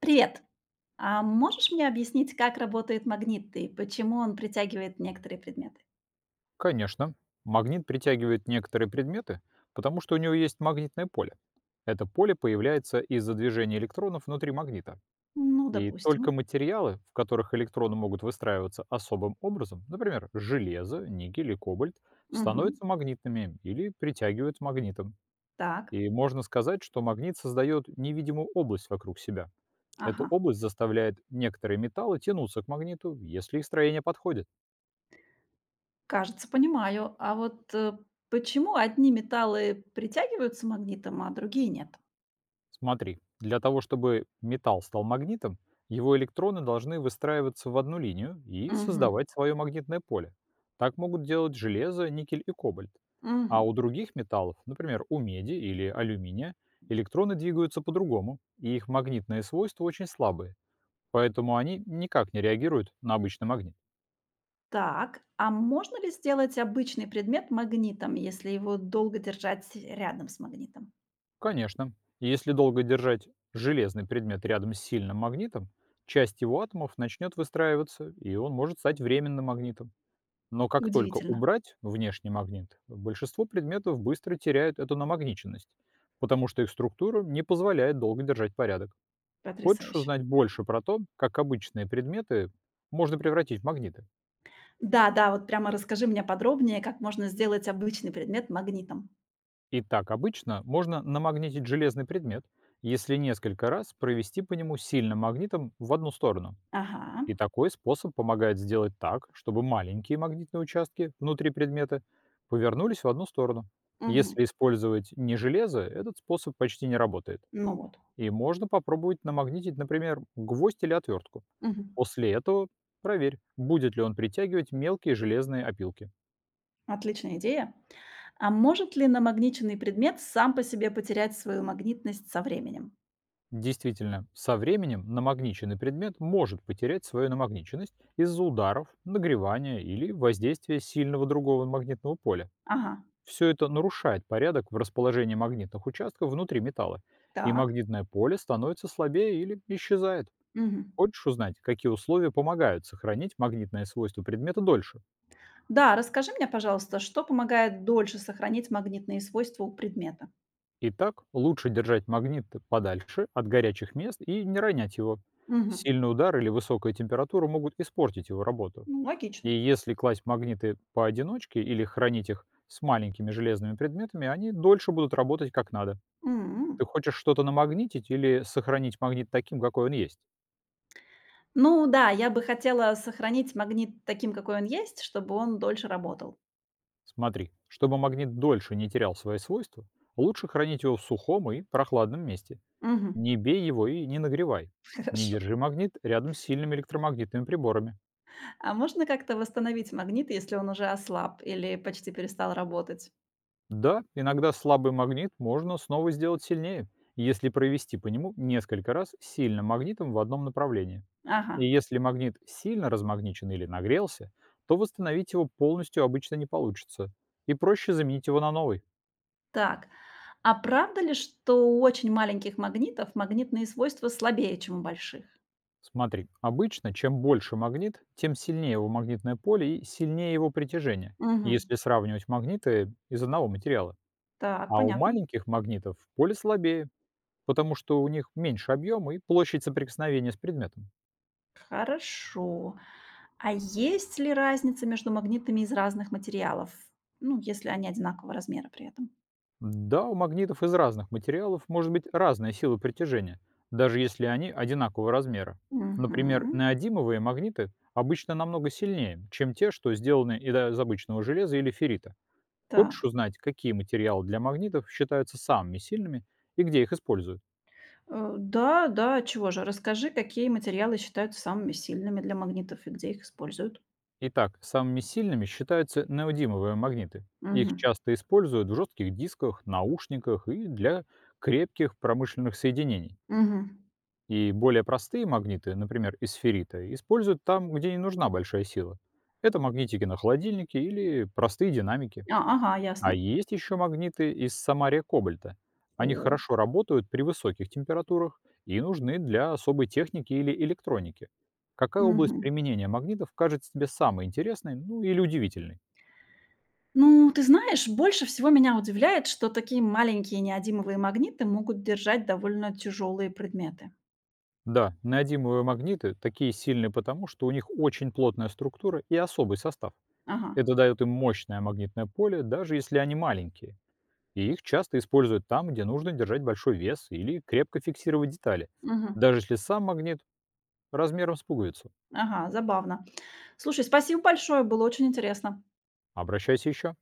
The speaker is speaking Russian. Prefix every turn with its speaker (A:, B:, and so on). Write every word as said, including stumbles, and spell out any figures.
A: Привет! А можешь мне объяснить, как работает магнит и почему он притягивает некоторые предметы?
B: Конечно. Магнит притягивает некоторые предметы, потому что у него есть магнитное поле. Это поле появляется из-за движения электронов внутри магнита.
A: Ну,
B: И только
A: допустим.
B: материалы, в которых электроны могут выстраиваться особым образом, например, железо, никель и кобальт,
A: Мгм.
B: становятся магнитными или притягивают магнитом.
A: Так,
B: И можно сказать, что магнит создает невидимую область вокруг себя. Эта
A: ага.
B: область заставляет некоторые металлы тянуться к магниту, если их строение подходит.
A: Кажется, понимаю. А вот э, почему одни металлы притягиваются магнитом, а другие нет?
B: Смотри, для того, чтобы металл стал магнитом, его электроны должны выстраиваться в одну линию и
A: Мгм.
B: создавать свое магнитное поле. Так могут делать железо, никель и кобальт. А
A: Мгм.
B: у других металлов, например, у меди или алюминия, электроны двигаются по-другому, и их магнитные свойства очень слабые, поэтому они никак не реагируют на обычный магнит.
A: Так, а можно ли сделать обычный предмет магнитом, если его долго держать рядом с магнитом?
B: Конечно, если долго держать железный предмет рядом с сильным магнитом, часть его атомов начнет выстраиваться, и он может стать временным магнитом. Но как только
A: Удивительно,
B: убрать внешний магнит, большинство предметов быстро теряют эту намагниченность, потому что их структура не позволяет долго держать порядок. Хочешь
A: потрясающе.
B: узнать больше про то, как обычные предметы можно превратить в магниты?
A: Да, да, вот прямо расскажи мне подробнее, как можно сделать обычный предмет магнитом.
B: И так обычно можно намагнитить железный предмет, если несколько раз провести по нему сильным магнитом в одну сторону.
A: Ага,
B: И такой способ помогает сделать так, чтобы маленькие магнитные участки внутри предмета повернулись в одну сторону.
A: мгм.
B: Если использовать не железо, этот способ почти не работает.
A: Ну вот,
B: И можно попробовать намагнитить, например, гвоздь или отвертку.
A: мгм.
B: После этого проверь, будет ли он притягивать мелкие железные опилки.
A: Отличная идея. А может ли намагниченный предмет сам по себе потерять свою магнитность со временем?
B: Действительно, со временем намагниченный предмет может потерять свою намагниченность из-за ударов, нагревания или воздействия сильного другого магнитного поля.
A: Ага,
B: Все это нарушает порядок в расположении магнитных участков внутри металла, и
A: так.
B: магнитное поле становится слабее или исчезает.
A: Мгм.
B: Хочешь узнать, какие условия помогают сохранить магнитное свойство предмета дольше?
A: Да, расскажи мне, пожалуйста, что помогает дольше сохранить магнитные свойства у предмета?
B: Итак, лучше держать магнит подальше от горячих мест и не ронять его.
A: Мгм.
B: Сильный удар или высокая температура могут испортить его работу.
A: Ну,
B: И
A: логично.
B: если класть магниты поодиночке или хранить их с маленькими железными предметами, они дольше будут работать как надо.
A: М.
B: Ты хочешь что-то намагнитить или сохранить магнит таким, какой он есть?
A: Ну да, я бы хотела сохранить магнит таким, какой он есть, чтобы он дольше работал.
B: Смотри, чтобы магнит дольше не терял свои свойства, лучше хранить его в сухом и прохладном месте.
A: Мгм.
B: Не бей его и не нагревай. Не
A: Хорошо.
B: держи магнит рядом с сильными электромагнитными приборами.
A: А можно как-то восстановить магнит, если он уже ослаб или почти перестал работать?
B: Да, иногда слабый магнит можно снова сделать сильнее, если провести по нему несколько раз сильным магнитом в одном направлении.
A: Ага,
B: И если магнит сильно размагничен или нагрелся, то восстановить его полностью обычно не получится, и проще заменить его на новый.
A: так. А правда ли, что у очень маленьких магнитов магнитные свойства слабее, чем у больших?
B: Смотри, обычно чем больше магнит, тем сильнее его магнитное поле и сильнее его притяжение,
A: Мгм.
B: если сравнивать магниты из одного материала.
A: Так,
B: А у
A: понятно.
B: маленьких магнитов поле слабее, потому что у них меньше объема и площадь соприкосновения с предметом.
A: Хорошо. А есть ли разница между магнитами из разных материалов? Ну, если они одинакового размера при этом.
B: Да, у магнитов из разных материалов может быть разная сила притяжения, даже если они одинакового размера. Например,
A: Мгм.
B: неодимовые магниты обычно намного сильнее, чем те, что сделаны из обычного железа или феррита. Хочешь
A: Так.
B: узнать, какие материалы для магнитов считаются самыми сильными и где их используют?
A: Э, Да, да, чего же? Расскажи, какие материалы считаются самыми сильными для магнитов и где их используют?
B: Итак, самыми сильными считаются неодимовые магниты. Их
A: Мгм.
B: часто используют в жестких дисках, наушниках и для крепких промышленных соединений.
A: Мгм.
B: И более простые магниты, например, из феррита, используют там, где не нужна большая сила. Это магнитики на холодильнике или простые динамики.
A: А, ага,
B: А
A: ясно.
B: есть еще магниты из самария кобальта. Они
A: О.
B: хорошо работают при высоких температурах и нужны для особой техники или электроники. Какая область
A: Мгм.
B: применения магнитов кажется тебе самой интересной, ну или удивительной?
A: Ну, ты знаешь, больше всего меня удивляет, что такие маленькие неодимовые магниты могут держать довольно тяжелые предметы.
B: Да, неодимовые магниты такие сильные потому, что у них очень плотная структура и особый состав.
A: Ага.
B: Это дает им мощное магнитное поле, даже если они маленькие. И их часто используют там, где нужно держать большой вес или крепко фиксировать детали,
A: Мгм.
B: даже если сам магнит размером с пуговицу.
A: Ага, забавно. Слушай, спасибо большое, было очень интересно.
B: Обращайся еще.